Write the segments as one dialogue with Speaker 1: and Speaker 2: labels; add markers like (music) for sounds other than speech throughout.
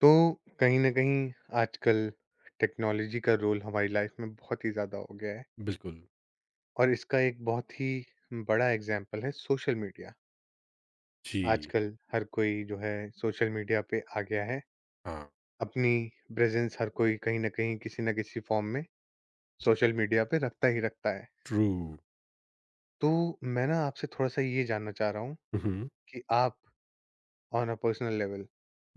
Speaker 1: तो कहीं ना कहीं आजकल टेक्नोलॉजी का रोल हमारी लाइफ में बहुत ही ज़्यादा हो गया है।
Speaker 2: बिल्कुल,
Speaker 1: और इसका एक बहुत ही बड़ा एग्जाम्पल है सोशल मीडिया।
Speaker 2: जी,
Speaker 1: आजकल हर कोई जो है सोशल मीडिया पे आ गया है।
Speaker 2: हाँ,
Speaker 1: अपनी प्रेजेंस हर कोई कहीं ना कहीं किसी ना किसी फॉर्म में सोशल मीडिया पे रखता ही रखता है।
Speaker 2: ट्रू।
Speaker 1: तो मैं ना आपसे थोड़ा सा ये जानना चाह रहा हूँ
Speaker 2: हुँ,
Speaker 1: कि आप ऑन अ पर्सनल लेवल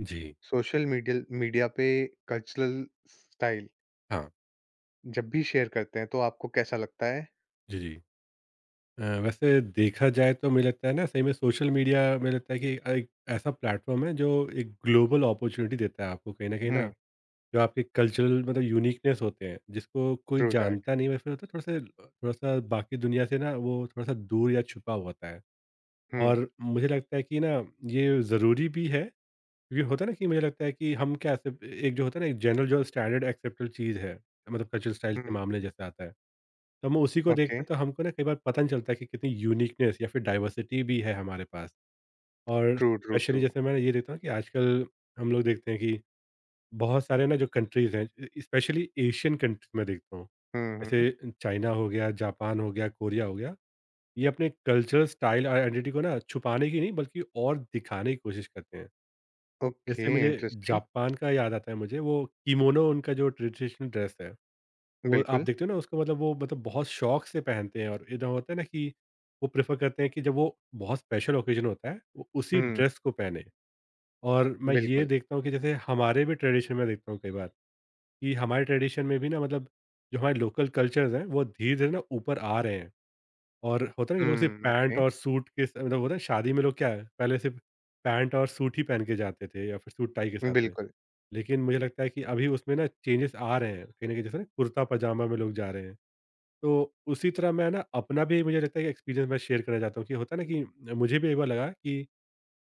Speaker 2: जी,
Speaker 1: सोशल मीडिया मीडिया पे कल्चरल स्टाइल
Speaker 2: हाँ,
Speaker 1: जब भी शेयर करते हैं तो आपको कैसा लगता है।
Speaker 2: जी, जी। वैसे देखा जाए तो मुझे लगता है ना सही में सोशल मीडिया मुझे लगता है कि एक ऐसा प्लेटफ़ॉर्म है जो एक ग्लोबल अपॉर्च्युनिटी देता है आपको कहीं न कहीं ना,
Speaker 1: हम्म।
Speaker 2: जो आपके कल्चरल मतलब यूनिकनेस होते हैं, जिसको कोई
Speaker 1: ट्रू दैट।
Speaker 2: जानता नहीं है, फिर होता है थोड़ा-सा थोड़ा-सा बाकी दुनिया से ना वो थोड़ा-सा दूर या छुपा हुआ होता है।
Speaker 1: हुँ,
Speaker 2: और मुझे लगता है कि ना ये ज़रूरी भी है। ये होता है ना कि मुझे लगता है कि हम क्या सिर्फ एक जो होता है ना, एक जनरल जो स्टैंडर्ड एक्सेप्टेड चीज़ है, मतलब कल्चरल स्टाइल के
Speaker 1: हुँ,
Speaker 2: मामले जैसे आता है। तो हम उसी को देखते
Speaker 1: ओके,
Speaker 2: हैं तो हमको ना कई बार पता नहीं चलता है कि कितनी यूनिकनेस या फिर डाइवर्सिटी भी है हमारे पास। और
Speaker 1: ट्रू, ट्रू,
Speaker 2: स्पेशली
Speaker 1: ट्रू।
Speaker 2: जैसे मैं ये देखता हूँ कि आजकल हम लोग देखते हैं कि बहुत सारे ना जो कंट्रीज़ हैं स्पेशली एशियन कंट्रीज़ मैं देखता हूँ।
Speaker 1: हुँ, हुँ,
Speaker 2: जैसे चाइना हो गया, जापान हो गया, कोरिया हो गया, ये अपने कल्चरल स्टाइल आइडेंटिटी को ना छुपाने की नहीं बल्कि और दिखाने की कोशिश करते हैं।
Speaker 1: ओके,
Speaker 2: जैसे मुझे
Speaker 1: इंटरेस्टिंग,
Speaker 2: जापान का याद आता है, मुझे वो किमोनो उनका जो ट्रेडिशनल ड्रेस है, वो आप
Speaker 1: बिल्कुल।
Speaker 2: देखते हो ना उसका मतलब वो मतलब बहुत शौक से पहनते हैं, और इधर होता है ना कि वो प्रेफ़र करते हैं कि जब वो बहुत स्पेशल ओकेज़न होता है, वो उसी
Speaker 1: हुँ,
Speaker 2: ड्रेस को पहने। और मैं ये
Speaker 1: बिल्कुल।
Speaker 2: देखता हूँ कि जैसे हमारे भी ट्रेडिशन में देखता हूँ कई बार कि हमारे ट्रेडिशन में भी ना मतलब जो हमारे लोकल कल्चर्स हैं, वो धीरे-धीरे ना ऊपर आ रहे हैं। और होता है ना कि लोग सिर्फ़
Speaker 1: हुँ,
Speaker 2: पैंट
Speaker 1: ओके,
Speaker 2: और सूट के स मतलब होता है शादी में लोग क्या है, पहले सिर्फ़ पैंट और सूट ही पहन के जाते थे या फिर सूट टाई के साथ में।
Speaker 1: बिल्कुल।
Speaker 2: लेकिन मुझे लगता है कि अभी उसमें ना चेंजेस आ रहे हैं कहीं न कहीं, जैसे ना कुर्ता पजामा में लोग जा रहे हैं। तो उसी तरह मैं ना अपना भी मुझे लगता है कि एक्सपीरियंस मैं शेयर करना चाहता हूँ कि होता है ना कि मुझे भी एक बार लगा कि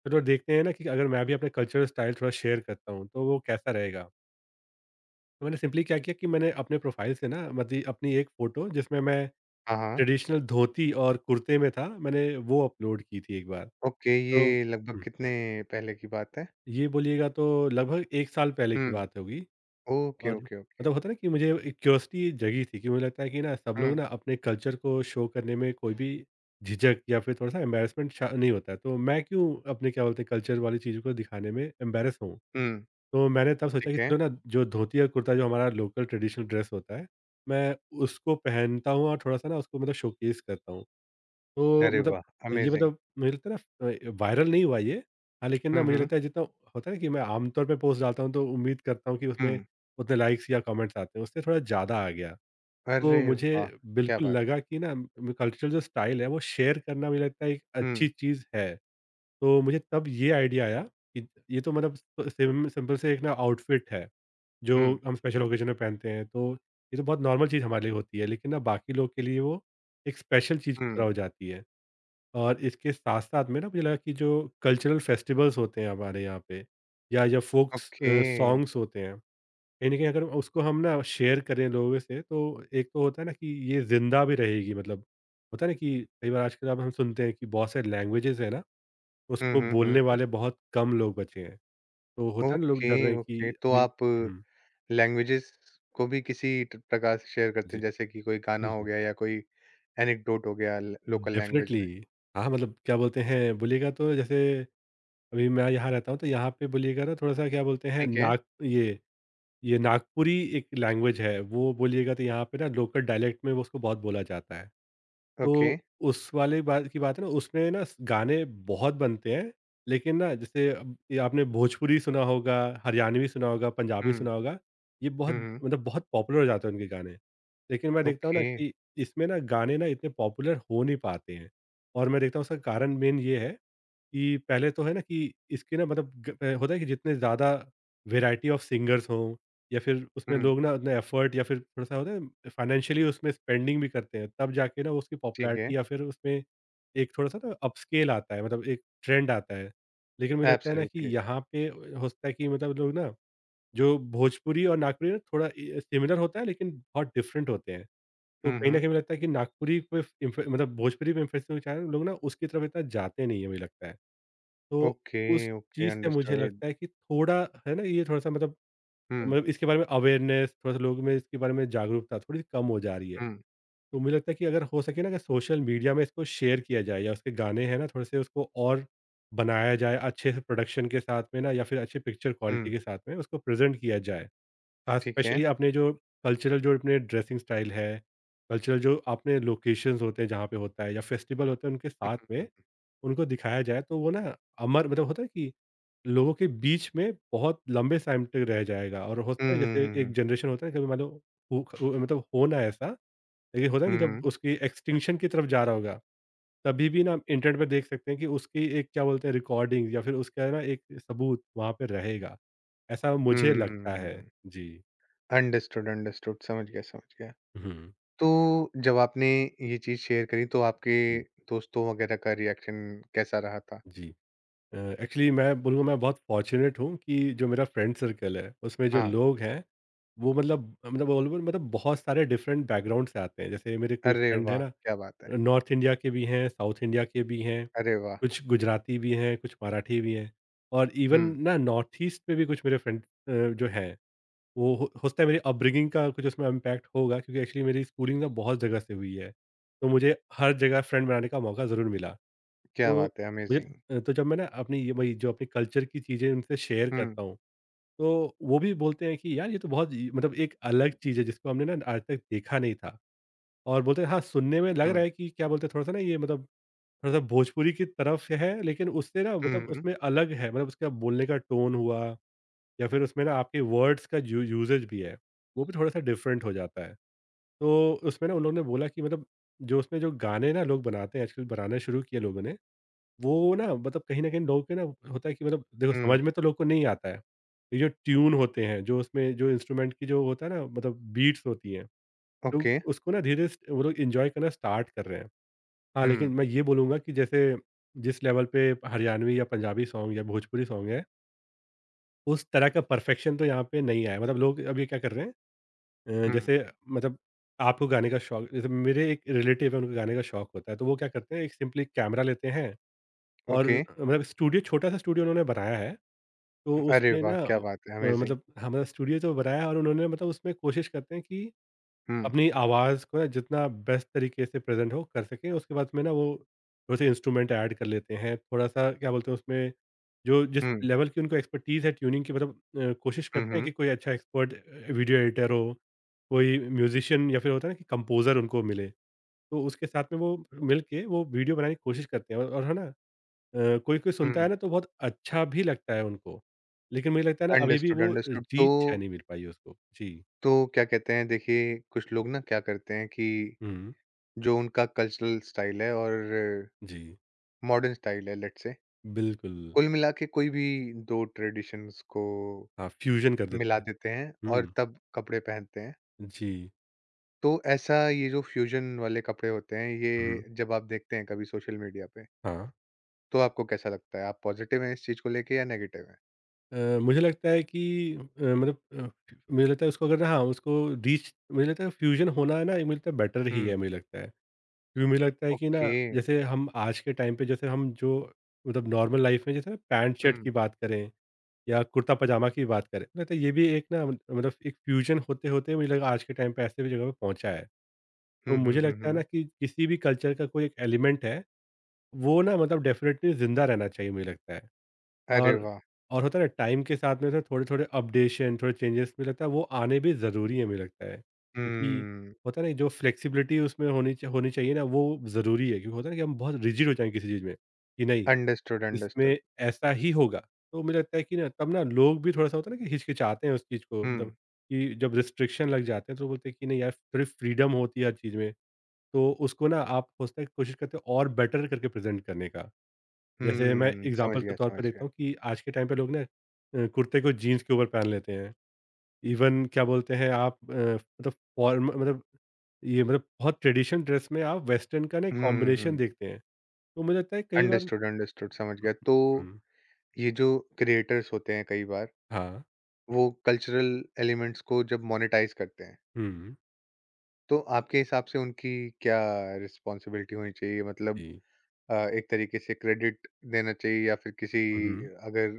Speaker 2: चलो देखते हैं ना कि अगर मैं भी अपने कल्चरल स्टाइल थोड़ा शेयर करता हूँ तो वो कैसा रहेगा। तो मैंने सिंपली क्या किया कि मैंने अपने प्रोफाइल से ना मती अपनी एक फ़ोटो जिसमें मैं
Speaker 1: हाँ, हाँ,
Speaker 2: ट्रेडिशनल धोती और कुर्ते में था, मैंने वो अपलोड की थी एक बार।
Speaker 1: ओके,
Speaker 2: तो
Speaker 1: ये लगभग
Speaker 2: हुँ,
Speaker 1: कितने पहले की बात है?
Speaker 2: ये बोलिएगा तो लगभग 1 साल पहले की
Speaker 1: हुँ,
Speaker 2: बात होगी।
Speaker 1: ओके,
Speaker 2: और
Speaker 1: ओके, ओके।
Speaker 2: मतलब होता है ना कि मुझे एक क्यूरियोसिटी जगी थी कि मुझे लगता है कि ना सब लोग
Speaker 1: हुँ,
Speaker 2: ना अपने कल्चर को शो करने में कोई भी झिझक या फिर थोड़ा सा एम्बेरसमेंट नहीं होता है, तो मैं क्यों अपने क्या बोलते हैं कल्चर वाली चीज़ों को दिखाने में एम्बेरस हूँ।
Speaker 1: हुँ,
Speaker 2: तो मैंने तब सोचा कि
Speaker 1: ठीक है।
Speaker 2: चलो ना, जो धोती और कुर्ता जो हमारा लोकल ट्रेडिशनल ड्रेस होता है, मैं उसको पहनता हूँ और थोड़ा सा ना उसको मतलब शोकेस करता हूँ। तो
Speaker 1: अरे
Speaker 2: मतलब
Speaker 1: वाह!
Speaker 2: ये
Speaker 1: अमेज़िंग।
Speaker 2: मतलब मुझे लगता है ना वायरल नहीं हुआ ये। हाँ, लेकिन ना
Speaker 1: हुँ,
Speaker 2: मुझे
Speaker 1: हुँ,
Speaker 2: लगता है, जितना होता है ना कि मैं आमतौर पे पोस्ट डालता हूँ तो उम्मीद करता हूँ कि उसमें
Speaker 1: हुँ,
Speaker 2: उतने लाइक्स या कमेंट्स आते हैं, उससे थोड़ा ज़्यादा आ गया। तो
Speaker 1: अरे
Speaker 2: मुझे
Speaker 1: वाह! क्या
Speaker 2: बिल्कुल
Speaker 1: बात है।
Speaker 2: लगा कि ना म कल्चरल जो स्टाइल है वो शेयर करना मुझे लगता है एक अच्छी
Speaker 1: हुँ,
Speaker 2: चीज़ है। तो मुझे तब ये आइडिया आया कि ये तो मतलब स सिम सिंपल से एक ना आउटफिट है, जो
Speaker 1: हुँ,
Speaker 2: हम स्पेशल ओकेजन में पहनते हैं। तो ये तो बहुत नॉर्मल चीज़ हमारे लिए होती है, लेकिन ना बाकी लोग के लिए वो एक स्पेशल चीज़ की तरह
Speaker 1: हुँ,
Speaker 2: हो जाती है। और इसके साथ साथ में ना मुझे लगा कि जो कल्चरल फेस्टिवल्स होते हैं हमारे यहाँ पे, या फोक
Speaker 1: ओके।
Speaker 2: सॉन्ग्स होते हैं, कहीं ना कहीं अगर उसको हम ना शेयर करें लोगों से तो एक तो होता है ना कि ये जिंदा भी रहेगी, मतलब होता है ना कि कई बार आजकल अब हम सुनते हैं कि बहुत सारे लैंग्वेजेस है ना,
Speaker 1: हुँ,
Speaker 2: उसको
Speaker 1: हुँ,
Speaker 2: बोलने
Speaker 1: हुँ,
Speaker 2: वाले बहुत कम लोग बचे हैं। तो होता है ना लोग
Speaker 1: ओके,
Speaker 2: डर रहे हैं
Speaker 1: ओके,
Speaker 2: कि
Speaker 1: तो
Speaker 2: अभी।
Speaker 1: आप
Speaker 2: हम्म,
Speaker 1: लैंग्वेजेस को भी किसी ट प्रकार से शेयर करते हैं,
Speaker 2: जी।
Speaker 1: जैसे कि कोई गाना हो गया या कोई एनेक्डोट हो गया ल लोकल लैंग्वेज
Speaker 2: डेफिनेटली,
Speaker 1: में,
Speaker 2: हाँ, मतलब क्या बोलते हैं, बोलिएगा तो जैसे अभी मैं यहाँ रहता हूँ तो यहाँ पे बोलिएगा ना थोड़ा सा, क्या बोलते हैं,
Speaker 1: ठीक है?
Speaker 2: नाग ये नागपुरी एक लैंग्वेज है, वो बोलिएगा तो यहाँ पे ना लोकल डायलेक्ट में वो उसको बहुत बोला जाता है।
Speaker 1: ओके।
Speaker 2: तो उस वाले बात की बात है ना, उसमें ना स गाने बहुत बनते हैं, लेकिन ना जैसे अब ये आपने भोजपुरी सुना होगा, हरियाणवी सुना होगा, पंजाबी
Speaker 1: हुँ,
Speaker 2: सुना होगा, ये
Speaker 1: हुँ,
Speaker 2: बहुत
Speaker 1: हुँ।
Speaker 2: मतलब बहुत पॉपुलर हो जाते हैं उनके गाने। लेकिन मैं देखता हूँ ना
Speaker 1: ओके।
Speaker 2: कि इसमें ना गाने ना इतने पॉपुलर हो नहीं पाते हैं, और मैं देखता हूँ उसका कारण मेन ये है कि पहले तो है ना कि इसके ना मतलब होता है कि जितने ज़्यादा वैराइटी ऑफ सिंगर्स हों या फिर उसमें
Speaker 1: हुँ,
Speaker 2: लोग ना उतना एफर्ट या फिर थोड़ा-सा होता है फाइनेंशियली उसमें स्पेंडिंग भी करते हैं, तब जाके ना उसकी
Speaker 1: ठीक है।
Speaker 2: पॉपुलैरिटी या फिर उसमें एक थोड़ा-सा ना अपस्केल आता है, मतलब एक ट्रेंड आता है। लेकिन मुझे लगता है ना कि
Speaker 1: एब्सोल्युटली।
Speaker 2: यहाँ पे हो सकता है कि मतलब लोग ना, जो भोजपुरी और नागपुरी ना थोड़ा सिमिलर होता है लेकिन बहुत डिफरेंट होते हैं। तो
Speaker 1: हुँ,
Speaker 2: कहीं न
Speaker 1: हुँ।
Speaker 2: कहीं मुझे लगता है कि नागपुरी पे इम्फे मतलब भोजपुरी पे इन्फ्लुएंस होने के कारण लोग ना उसकी तरफ इतना जाते नहीं है, मुझे लगता है। तो
Speaker 1: ओके,
Speaker 2: उस
Speaker 1: ओके,
Speaker 2: चीज़ से मुझे
Speaker 1: अंडरस्टूड।
Speaker 2: लगता है कि थोड़ा है ना, ये थोड़ा-सा मतलब
Speaker 1: हुँ,
Speaker 2: मतलब इसके बारे में अवेयरनेस, थोड़ा-सा लोगों में इसके बारे में जागरूकता थोड़ी सी कम हो जा रही है।
Speaker 1: हुँ,
Speaker 2: तो मुझे लगता है कि अगर हो सके ना, अगर सोशल मीडिया में इसको शेयर किया जाए या उसके गाने हैं ना थोड़े-से उसको और बनाया जाए अच्छे से प्रोडक्शन के साथ में, ना या फिर अच्छी पिक्चर क्वालिटी
Speaker 1: हुँ,
Speaker 2: के साथ में उसको प्रेज़ेंट किया जाए। ख़ास
Speaker 1: ठीक है।
Speaker 2: स्पेशली अपने जो कल्चरल जो अपने ड्रेसिंग स्टाइल है, कल्चरल जो अपने लोकेशंस होते हैं जहाँ पे होता है या फेस्टिवल होते हैं उनके साथ में उनको दिखाया जाए तो वो ना अमर, मतलब होता है कि लोगों के बीच में बहुत लंबे टाइम तक रह जाएगा। और
Speaker 1: हुँ,
Speaker 2: होता है जैसे
Speaker 1: हुँ,
Speaker 2: एक
Speaker 1: हुँ,
Speaker 2: जनरेशन होता है, कभी मान लो हु- हु- मतलब होना ऐसा। लेकिन होता है
Speaker 1: हुँ,
Speaker 2: कि जब
Speaker 1: हुँ,
Speaker 2: उसकी एक्सटिंक्शन की तरफ जा रहा होगा, तभी भी ना हम इंटरनेट पर देख सकते हैं कि उसकी एक क्या बोलते हैं रिकॉर्डिंग या फिर उसका ना एक सबूत वहाँ पे रहेगा, ऐसा मुझे
Speaker 1: हुँ,
Speaker 2: लगता है
Speaker 1: हुँ।
Speaker 2: जी।
Speaker 1: अंडरस्टूड, अंडरस्टूड, समझ गया, समझ गया।
Speaker 2: हम्म,
Speaker 1: तो जब आपने ये चीज़ शेयर करी, तो आपके
Speaker 2: हम्म,
Speaker 1: दोस्तों वगैरह का रिएक्शन कैसा रहा था?
Speaker 2: जी। एक्चुअली मैं बोलूँगा मैं बहुत फॉर्चुनेट हूँ कि जो मेरा फ्रेंड सर्कल है उसमें जो
Speaker 1: हाँ।
Speaker 2: लोग हैं, वो मतलब बोलूँ मतलब बहुत सारे डिफरेंट बैकग्राउंड से आते हैं, जैसे मेरे कोई
Speaker 1: अरे
Speaker 2: फ्रेंड है
Speaker 1: वाह!
Speaker 2: ना
Speaker 1: क्या बात है!
Speaker 2: नॉर्थ इंडिया के भी हैं, साउथ इंडिया के भी हैं,
Speaker 1: अरे वाह!
Speaker 2: कुछ गुजराती भी हैं, कुछ मराठी भी हैं। और इवन
Speaker 1: हुँ,
Speaker 2: ना नॉर्थ ईस्ट में भी कुछ मेरे फ्रेंड जो हैं, वो हो सकता है मेरी अपब्रिंगिंग का कुछ उसमें इम्पैक्ट होगा क्योंकि एक्चुअली मेरी स्कूलिंग ना बहुत जगह से हुई है। तो मुझे हर जगह फ्रेंड बनाने का मौका ज़रूर मिला।
Speaker 1: क्या
Speaker 2: तो
Speaker 1: बात है,
Speaker 2: मुझे
Speaker 1: अमेज़िंग!
Speaker 2: तो जब मैं ना अपनी ये वही जो अपने कल्चर की चीज़ें उनसे शेयर
Speaker 1: हुँ,
Speaker 2: करता हूँ, तो वो भी बोलते हैं कि यार ये तो बहुत इ मतलब एक अलग चीज़ है जिसको हमने ना आज तक देखा नहीं था। और बोलते हैं हाँ, सुनने में लग
Speaker 1: हुँ,
Speaker 2: रहा है कि क्या बोलते हैं थोड़ा-सा ना, ये मतलब थोड़ा-सा भोजपुरी की तरफ से है, लेकिन उससे ना
Speaker 1: हुँ,
Speaker 2: मतलब उसमें अलग है, मतलब उसका बोलने का टोन हुआ या फिर उसमें ना आपके वर्ड्स का यू यूसेज भी है, वो भी थोड़ा-सा डिफरेंट हो जाता है। तो उसमें ना उन लोगों ने बोला कि मतलब जो उसमें जो गाने ना लोग बनाते हैं, आजकल बनाना शुरू किए लोगों ने, वो ना मतलब कहीं न कहीं लोगों के ना होता है कि मतलब देखो
Speaker 1: हुँ,
Speaker 2: समझ में तो लोग को नहीं आता है। ये जो ट्यून होते हैं, जो उसमें जो इंस्ट्रूमेंट की जो होता है ना मतलब बीट्स होती हैं, लोग
Speaker 1: ओके,
Speaker 2: उसको ना धीरे-धीरे स वो लोग एन्जॉय करना स्टार्ट कर रहे हैं। हाँ, लेकिन
Speaker 1: हुँ,
Speaker 2: मैं ये बोलूँगा कि जैसे जिस लेवल पे हरियाणवी या पंजाबी सॉन्ग या भोजपुरी सॉन्ग है, उस तरह का परफ़ेक्शन तो यहाँ पे नहीं आया। मतलब लोग अभी क्या कर रहे हैं,
Speaker 1: हुँ,
Speaker 2: जैसे मतलब आपको गाने का शौक, जैसे मेरे एक रिलेटिव है, उनको गाने का शौक होता है, तो वो क्या करते हैं, एक सिंपली कैमरा लेते हैं और
Speaker 1: ओके,
Speaker 2: मतलब स्टूडियो, छोटा-सा स्टूडियो उन्होंने बनाया है, तो
Speaker 1: अरे
Speaker 2: उसमें
Speaker 1: वाह!
Speaker 2: ना
Speaker 1: क्या बात है, अमेज़िंग!
Speaker 2: मतलब हाँ, मतलब स्टूडियो तो बनाया है और उन्होंने मतलब उसमें कोशिश करते हैं कि
Speaker 1: हुँ,
Speaker 2: अपनी आवाज़ को ना जितना बेस्ट तरीके से प्रेज़ेंट हो, कर सकें। उसके बाद में ना वो थोड़े-से इंस्ट्रूमेंट ऐड कर लेते हैं। थोड़ा-सा क्या बोलते हैं उसमें जो जिस
Speaker 1: हुँ,
Speaker 2: लेवल की उनको एक्सपर्टीज़ है ट्यूनिंग की मतलब कोशिश
Speaker 1: हुँ,
Speaker 2: करते हैं
Speaker 1: हुँ,
Speaker 2: कि कोई अच्छा एक्सपर्ट वीडियो एडिटर हो, कोई म्यूज़िशियन या फिर होता है ना कि कंपोज़र उनको मिले। तो उसके साथ में वो मिल के वो वीडियो बनाने की कोशिश करते हैं, और है ना, कोई-कोई सुनता
Speaker 1: हुँ,
Speaker 2: है ना तो बहुत अच्छा भी लगता है उनको। लेकिन मुझे लगता है ना अभी भी
Speaker 1: अंडरस्टूड,
Speaker 2: वो
Speaker 1: अंडरस्टूड।
Speaker 2: रीच शायद नहीं मिल पाई है उसको। जी।
Speaker 1: तो क्या कहते हैं, देखिए, कुछ लोग ना क्या करते हैं कि
Speaker 2: हुँ,
Speaker 1: जो उनका कल्चरल स्टाइल है और
Speaker 2: जी।
Speaker 1: मॉडर्न स्टाइल है, लेट्स से,
Speaker 2: बिल्कुल।
Speaker 1: कुल मिला के कोई भी 2 ट्रेडिशंस को
Speaker 2: हाँ, फ्यूज़न कर
Speaker 1: मिला
Speaker 2: देते हैं।
Speaker 1: देते हैं और
Speaker 2: हुँ,
Speaker 1: तब कपड़े पहनते हैं।
Speaker 2: जी।
Speaker 1: तो ऐसा ये जो फ्यूजन वाले कपड़े होते हैं ये
Speaker 2: हुँ।
Speaker 1: जब आप देखते हैं कभी सोशल मीडिया पे
Speaker 2: हाँ।
Speaker 1: तो आपको कैसा लगता है? आप पॉजिटिव हैं इस चीज़ को लेके या नेगेटिव हैं?
Speaker 2: मुझे लगता है कि मतलब मुझे लगता है उसको अगर ना, हाँ, उसको रीच, मुझे लगता है, फ्यूज़न होना है ना, ये मुझे लगता है बेटर ही है,
Speaker 1: हुँ,
Speaker 2: मुझे लगता है। क्योंकि मुझे लगता है कि ना,
Speaker 1: ओके।
Speaker 2: जैसे हम आज के टाइम पे, जैसे हम जो मतलब नॉर्मल लाइफ़ में, जैसे पैंट शर्ट
Speaker 1: हुँ।
Speaker 2: की बात करें या कुर्ता पजामा की बात करें, मुझे लगता है ये भी एक ना मतलब एक फ्यूज़न होते-होते मुझे लगा आज के टाइम पे ऐसे भी जगह पे पहुँचा है। तो
Speaker 1: हुँ, हुँ,
Speaker 2: मुझे
Speaker 1: हुँ,
Speaker 2: लगता है ना
Speaker 1: हुँ।
Speaker 2: कि किसी भी कल्चर का कोई एक एलिमेंट है, वो ना मतलब डेफ़िनेटली ज़िंदा रहना चाहिए, मुझे लगता है।
Speaker 1: अरे
Speaker 2: और
Speaker 1: वाह!
Speaker 2: और होता है ना टाइम के साथ में, तो थोड़े-थोड़े अपडेशन, थोड़े चेंजेज़ मुझे लगता है वो आने भी ज़रूरी है, मुझे लगता है। क्योंकि
Speaker 1: हुँ।
Speaker 2: होता है ना जो फ्लेक्सिबिलिटी उसमें होनी चाहिए ना, वो ज़रूरी है। क्योंकि होता है ना कि हम बहुत रिजिड हो जाएँ किसी चीज़ में, कि नहीं,
Speaker 1: अंडरस्टूड, अंडरस्टूड।
Speaker 2: इसमें ऐसा ही होगा। तो मुझे लगता है कि ना तब ना लोग भी थोड़ा-सा होता है ना कि हिचकिचाते हैं उस चीज़ को, मतलब
Speaker 1: हुँ,
Speaker 2: कि जब रिस्ट्रिक्शन लग जाते हैं तो बोलते हैं कि नहीं यार, थोड़ी फ्रीडम होती है हर चीज़ में। तो उसको ना आप सोचते हैं, कोशिश करते हैं और बेटर करके प्रेज़ेंट करने का। जैसे मैं
Speaker 1: हुँ। समझ
Speaker 2: एग्ज़ाम्पल के
Speaker 1: गया,
Speaker 2: तौर पे
Speaker 1: समझ गया।
Speaker 2: देखता हूँ कि आज के टाइम पे लोग ना कुर्ते को जीन्स के ऊपर पहन लेते हैं। इवन क्या बोलते हैं आप, मतलब फॉर्म, मतलब ये मतलब बहुत ट्रेडिशनल ड्रेस में आप वेस्टर्न का ना एक
Speaker 1: हुँ, हुँ,
Speaker 2: कॉम्बिनेशन
Speaker 1: हुँ।
Speaker 2: देखते हैं। तो मुझे लगता है कई बार।
Speaker 1: अंडरस्टूड, अंडरस्टूड समझ गया। तो
Speaker 2: हुँ,
Speaker 1: ये जो क्रिएटर्स होते हैं कई बार
Speaker 2: हाँ,
Speaker 1: वो कल्चरल एलिमेंट्स को जब मोनेटाइज़ करते हैं,
Speaker 2: हुँ,
Speaker 1: तो आपके हिसाब से उनकी क्या रिस्पॉन्सिबिलिटी होनी चाहिए? मतलब
Speaker 2: जी।
Speaker 1: एक तरीके से क्रेडिट देना चाहिए या फिर किसी
Speaker 2: हुँ,
Speaker 1: अगर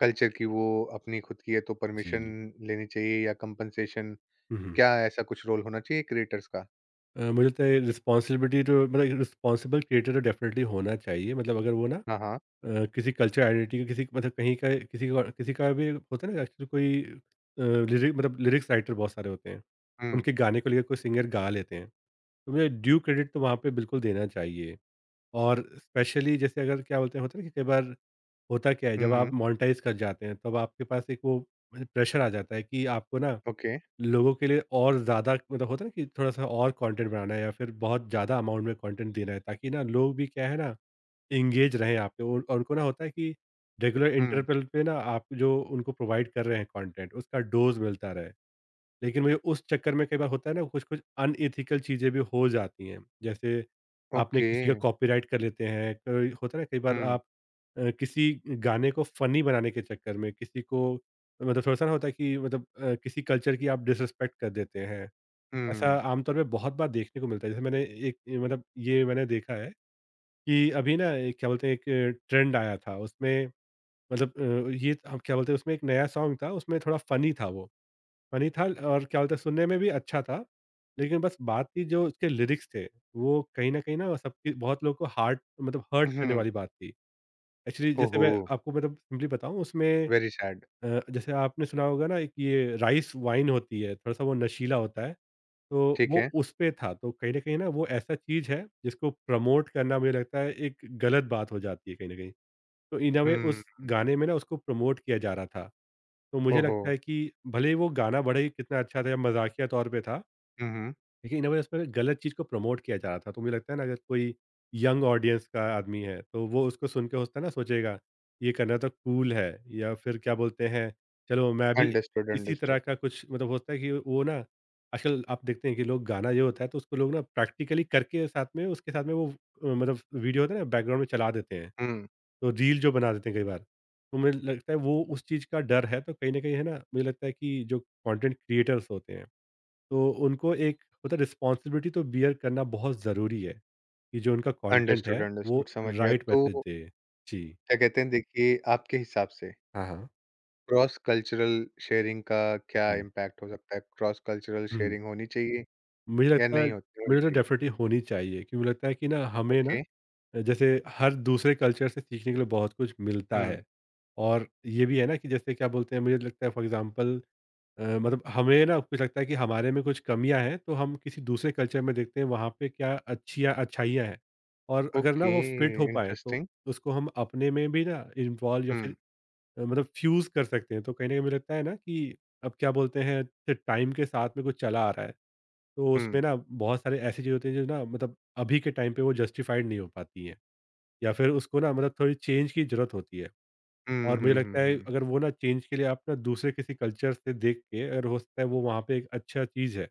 Speaker 1: कल्चर की वो अपनी खुद की है तो परमिशन
Speaker 2: जी।
Speaker 1: लेनी चाहिए या कंपनसेशन
Speaker 2: हुँ।
Speaker 1: क्या ऐसा कुछ रोल होना चाहिए क्रिएटर्स का?
Speaker 2: मुझे लगता है रिस्पॉन्सिबिलिटी तो मतलब रिस्पॉन्सिबल क्रिएटर तो डेफ़िनिटली होना चाहिए, मतलब अगर वो ना
Speaker 1: हाँ, हाँ।
Speaker 2: किसी कल्चर आइडेंटिटी का, किसी मतलब कहीं का, किसी का भी होता है ना, एक्चुअली कोई अ, लिरिक मतलब लिरिक्स राइटर बहुत सारे होते हैं।
Speaker 1: हुँ।
Speaker 2: उनके गाने को लेकर कोई सिंगर गा लेते हैं। तो मुझे, ड्यू क्रेडिट तो वहाँ पे बिल्कुल देना चाहिए। और स्पेशली जैसे अगर क्या बोलते हैं होता है ना कि कई बार होता क्या है,
Speaker 1: हुँ,
Speaker 2: जब आप
Speaker 1: हुँ।
Speaker 2: मोनेटाइज़ कर जाते हैं तब आपके पास एक वो मतलब प्रेशर आ जाता है कि आपको ना
Speaker 1: ओके।
Speaker 2: लोगों के लिए और ज़्यादा, मतलब होता है ना कि थोड़ा-सा और कंटेंट बनाना है या फिर बहुत ज़्यादा अमाउंट में कंटेंट देना है, ताकि ना लोग भी क्या है ना एंगेज रहें आप पे, और उनको ना होता है कि रेगुलर
Speaker 1: हुँ।
Speaker 2: इंटरवल पे ना आप जो उनको प्रोवाइड कर रहे हैं कंटेंट उसका डोज़ मिलता रहे। लेकिन मुझे उस चक्कर में कई बार होता है ना, कुछ-कुछ अनएथिकल चीज़ें भी हो जाती हैं। जैसे आपने
Speaker 1: ओके।
Speaker 2: किसी का कॉपीराइट कर लेते हैं, कोई होता है ना कई बार
Speaker 1: हुँ,
Speaker 2: आप किसी गाने को फ़नी बनाने के चक्कर में किसी को, मतलब थोड़ा-सा ना, होता है कि मतलब किसी कल्चर की आप डिसरिस्पेक्ट कर देते हैं। ऐसा
Speaker 1: हुँ।
Speaker 2: आमतौर पे बहुत बार देखने को मिलता है। जैसे मैंने एक, मतलब ये मैंने देखा है कि अभी ना एक क्या बोलते हैं एक ट्रेंड आया था उसमें, मतलब ये हम क्या बोलते हैं उसमें, एक नया सॉन्ग था उसमें, थोड़ा फ़नी था वो, फ़नी था, और क्या बोलते हैं सुनने में भी अच्छा था। लेकिन बस बात थी जो उसके लिरिक्स थे वो कहीं न कहीं ना सबकी, बहुत लोगों को हार्ट, मतलब हर्ट करने
Speaker 1: हुँ।
Speaker 2: वाली बात थी। एक्चुअली जैसे
Speaker 1: ओहो!
Speaker 2: मैं आपको मतलब सिंपली बताऊँ उसमें,
Speaker 1: वेरी सैड।
Speaker 2: जैसे आपने सुना होगा ना, एक ये राइस वाइन होती है, थोड़ा-सा वो नशीला होता है। तो
Speaker 1: ठीक
Speaker 2: वो
Speaker 1: है।
Speaker 2: उस पे था, तो कहीं न कहीं ना वो ऐसा चीज़ है जिसको प्रमोट करना मुझे लगता है एक गलत बात हो जाती है कहीं न कहीं। तो इन अ वे
Speaker 1: हुँ,
Speaker 2: उस गाने में
Speaker 1: हुँ।
Speaker 2: ना उसको प्रमोट किया जा रहा था। तो मुझे
Speaker 1: ओहो!
Speaker 2: लगता है कि भले ही वो गाना बड़ा ही कितना अच्छा था या मज़ाकिया तौर पे था,
Speaker 1: हुँ, हुँ।
Speaker 2: देखिए, इन अ, वे उसमें गलत चीज़ को प्रमोट किया जा रहा था, तो मुझे लगता है ना अगर कोई यंग ऑडियंस का आदमी है, तो वो उसको सुन के होता है ना, सोचेगा, ये करना तो कूल है, या फिर क्या बोलते हैं, चलो मैं भी
Speaker 1: अंडरस्टूड,
Speaker 2: इसी तरह
Speaker 1: अंडरस्टूड।
Speaker 2: का कुछ, मतलब होता है कि वो ना आजकल आप देखते हैं कि लोग गाना जो होता है, तो उसको लोग ना प्रैक्टिकली करके साथ में, उसके साथ में वो मतलब वीडियो होता है ना बैकग्राउंड में चला देते हैं,
Speaker 1: हुँ।
Speaker 2: तो रील जो बना देते हैं कई बार, तो मुझे लगता है वो उस चीज़ का डर है, तो कहीं न कहीं है ना, मुझे लगता है कि जो कंटेंट क्रिएटर्स होते हैं, तो उनको एक होता है रिस्पॉन्सिबिलिटी तो बियर करना बहुत ज़रूरी है, कि जो उनका कंटेंट
Speaker 1: अंडरस्टूड,
Speaker 2: है वो
Speaker 1: अंडरस्टूड समझ गया।
Speaker 2: राइट
Speaker 1: तो
Speaker 2: मैसेज दे। जी।
Speaker 1: क्या कहते हैं देखिए आपके हिसाब से
Speaker 2: हाँ, हाँ।
Speaker 1: क्रॉस कल्चरल शेयरिंग का क्या
Speaker 2: जी।
Speaker 1: इम्पैक्ट हो सकता है? क्रॉस कल्चरल
Speaker 2: हुँ।
Speaker 1: शेयरिंग होनी चाहिए
Speaker 2: मुझे
Speaker 1: या
Speaker 2: लगता है
Speaker 1: नहीं होती
Speaker 2: मुझे
Speaker 1: होनी
Speaker 2: लगता है
Speaker 1: चाहिए?
Speaker 2: डेफ़िनिटली होनी चाहिए, क्योंकि मुझे लगता है कि ना हमें ना,
Speaker 1: ओके।
Speaker 2: जैसे हर दूसरे कल्चर से सीखने के लिए बहुत कुछ मिलता है।
Speaker 1: हुँ।
Speaker 2: और ये भी है ना कि जैसे क्या बोलते हैं, मुझे लगता है फॉर एग्ज़ाम्पल मतलब हमें ना कुछ लगता है कि हमारे में कुछ कमियाँ हैं, तो हम किसी दूसरे कल्चर में देखते हैं वहाँ पे क्या अच्छियाँ अच्छाइयाँ हैं। और अगर ना
Speaker 1: ओके,
Speaker 2: वो फिट हो पाएँ, तो
Speaker 1: इंटरेस्टिंग।
Speaker 2: उसको हम अपने में भी ना इन्वॉल्व या
Speaker 1: हुँ,
Speaker 2: फिर मतलब फ़्यूज़ कर सकते हैं। तो कहीं न कहीं मुझे लगता है ना कि अब क्या बोलते हैं कि टाइम के साथ में कुछ चला आ रहा है, तो
Speaker 1: हुँ,
Speaker 2: उसमें ना बहुत सारे ऐसी चीज़ें होती हैं जो ना मतलब अभी के टाइम पे वो जस्टिफ़ाइड नहीं हो पाती हैं। या फिर उसको ना मतलब थोड़ी चेंज की ज़रूरत होती है।
Speaker 1: हुँ,
Speaker 2: और मुझे
Speaker 1: हुँ,
Speaker 2: लगता
Speaker 1: हुँ,
Speaker 2: है
Speaker 1: हुँ।
Speaker 2: अगर वो ना चेंज के लिए आप ना दूसरे किसी कल्चर से देख के, अगर हो सकता है वो वहाँ पे एक अच्छा चीज़ है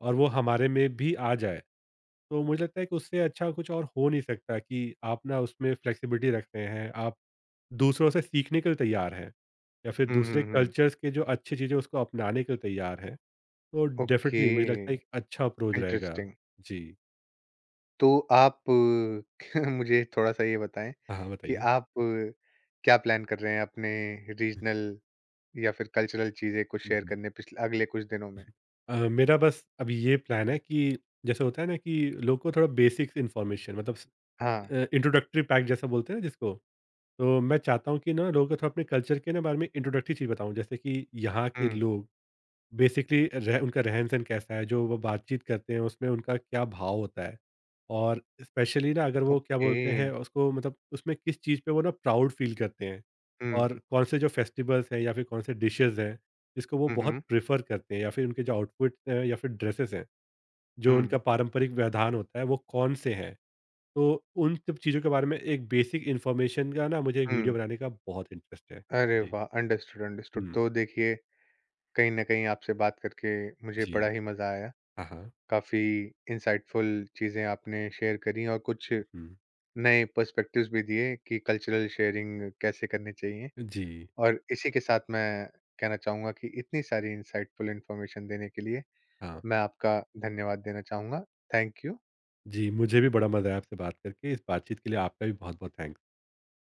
Speaker 2: और वो हमारे में भी आ जाए, तो मुझे लगता है कि उससे अच्छा कुछ और हो नहीं सकता, कि आप ना उसमें फ्लेक्सिबिलिटी रखते हैं, आप दूसरों से सीखने के लिए तैयार हैं या फिर
Speaker 1: हुँ,
Speaker 2: दूसरे
Speaker 1: हुँ, हुँ।
Speaker 2: कल्चर्स के जो अच्छी चीज़ें हैं उसको अपनाने के लिए तैयार हैं। तो
Speaker 1: ओके,
Speaker 2: डेफ़िनिटली मुझे लगता है एक अच्छा अप्रोच रहेगा।
Speaker 1: इंटरेस्टिंग।
Speaker 2: जी।
Speaker 1: तो आप (laughs) मुझे थोड़ा-सा ये बताएँ
Speaker 2: हाँ, हाँ,
Speaker 1: कि
Speaker 2: बताइए?
Speaker 1: आप क्या प्लान कर रहे हैं अपने रीजनल या फिर कल्चरल चीज़ें कुछ शेयर
Speaker 2: जी।
Speaker 1: करने पिछले अगले कुछ दिनों में?
Speaker 2: (laughs) मेरा बस अभी ये प्लान है कि, जैसे होता है ना कि लोग को थोड़ा बेसिक्स इन्फॉर्मेशन, मतलब
Speaker 1: हाँ।
Speaker 2: इंट्रोडक्टरी पैक जैसा बोलते हैं ना जिसको, तो मैं चाहता हूँ कि ना लोगों को थोड़ा अपने कल्चर के ना बारे में इंट्रोडक्टरी चीज़ बताऊँ, जैसे कि यहाँ के
Speaker 1: हुँ,
Speaker 2: लोग बेसिकली रह उनका रहन सहन कैसा है, जो वो बातचीत करते हैं उसमें उनका क्या भाव होता है, और स्पेशली ना अगर वो क्या
Speaker 1: ओके।
Speaker 2: बोलते हैं उसको मतलब उसमें किस चीज़ पे वो ना प्राउड फील करते हैं,
Speaker 1: हुँ।
Speaker 2: और कौन से जो फेस्टिवल्स हैं या फिर कौन से डिशेज हैं जिसको वो
Speaker 1: हुँ,
Speaker 2: बहुत
Speaker 1: हुँ।
Speaker 2: प्रेफर करते हैं, या फिर उनके जो आउटफिट हैं या फिर ड्रेसेस हैं, जो
Speaker 1: हुँ,
Speaker 2: उनका पारंपरिक व्यवधान होता है वो कौन से हैं, तो उन सब चीज़ों के बारे में एक बेसिक इन्फॉर्मेशन का ना मुझे एक वीडियो
Speaker 1: हुँ।
Speaker 2: बनाने का बहुत इंटरेस्ट है।
Speaker 1: अरे
Speaker 2: जी।
Speaker 1: वाह! Understood, understood.
Speaker 2: हुँ।
Speaker 1: तो देखिए, कहीं न कहीं आपसे बात करके मुझे
Speaker 2: जी।
Speaker 1: बड़ा ही मज़ा आया।
Speaker 2: हाँ, हाँ।
Speaker 1: काफ़ी इनसाइटफुल चीज़ें आपने शेयर करी और कुछ
Speaker 2: हुँ।
Speaker 1: नए पर्सपेक्टिव्स भी दिए कि कल्चरल शेयरिंग कैसे करनी चाहिए।
Speaker 2: जी।
Speaker 1: और इसी के साथ मैं कहना चाहूँगा कि इतनी सारी इनसाइटफुल इन्फॉर्मेशन देने के लिए
Speaker 2: हाँ।
Speaker 1: मैं आपका धन्यवाद देना चाहूँगा। Thank you.
Speaker 2: जी, मुझे भी बड़ा मज़ा आया आपसे बात करके। इस बातचीत के लिए आपका भी बहुत-बहुत थैंक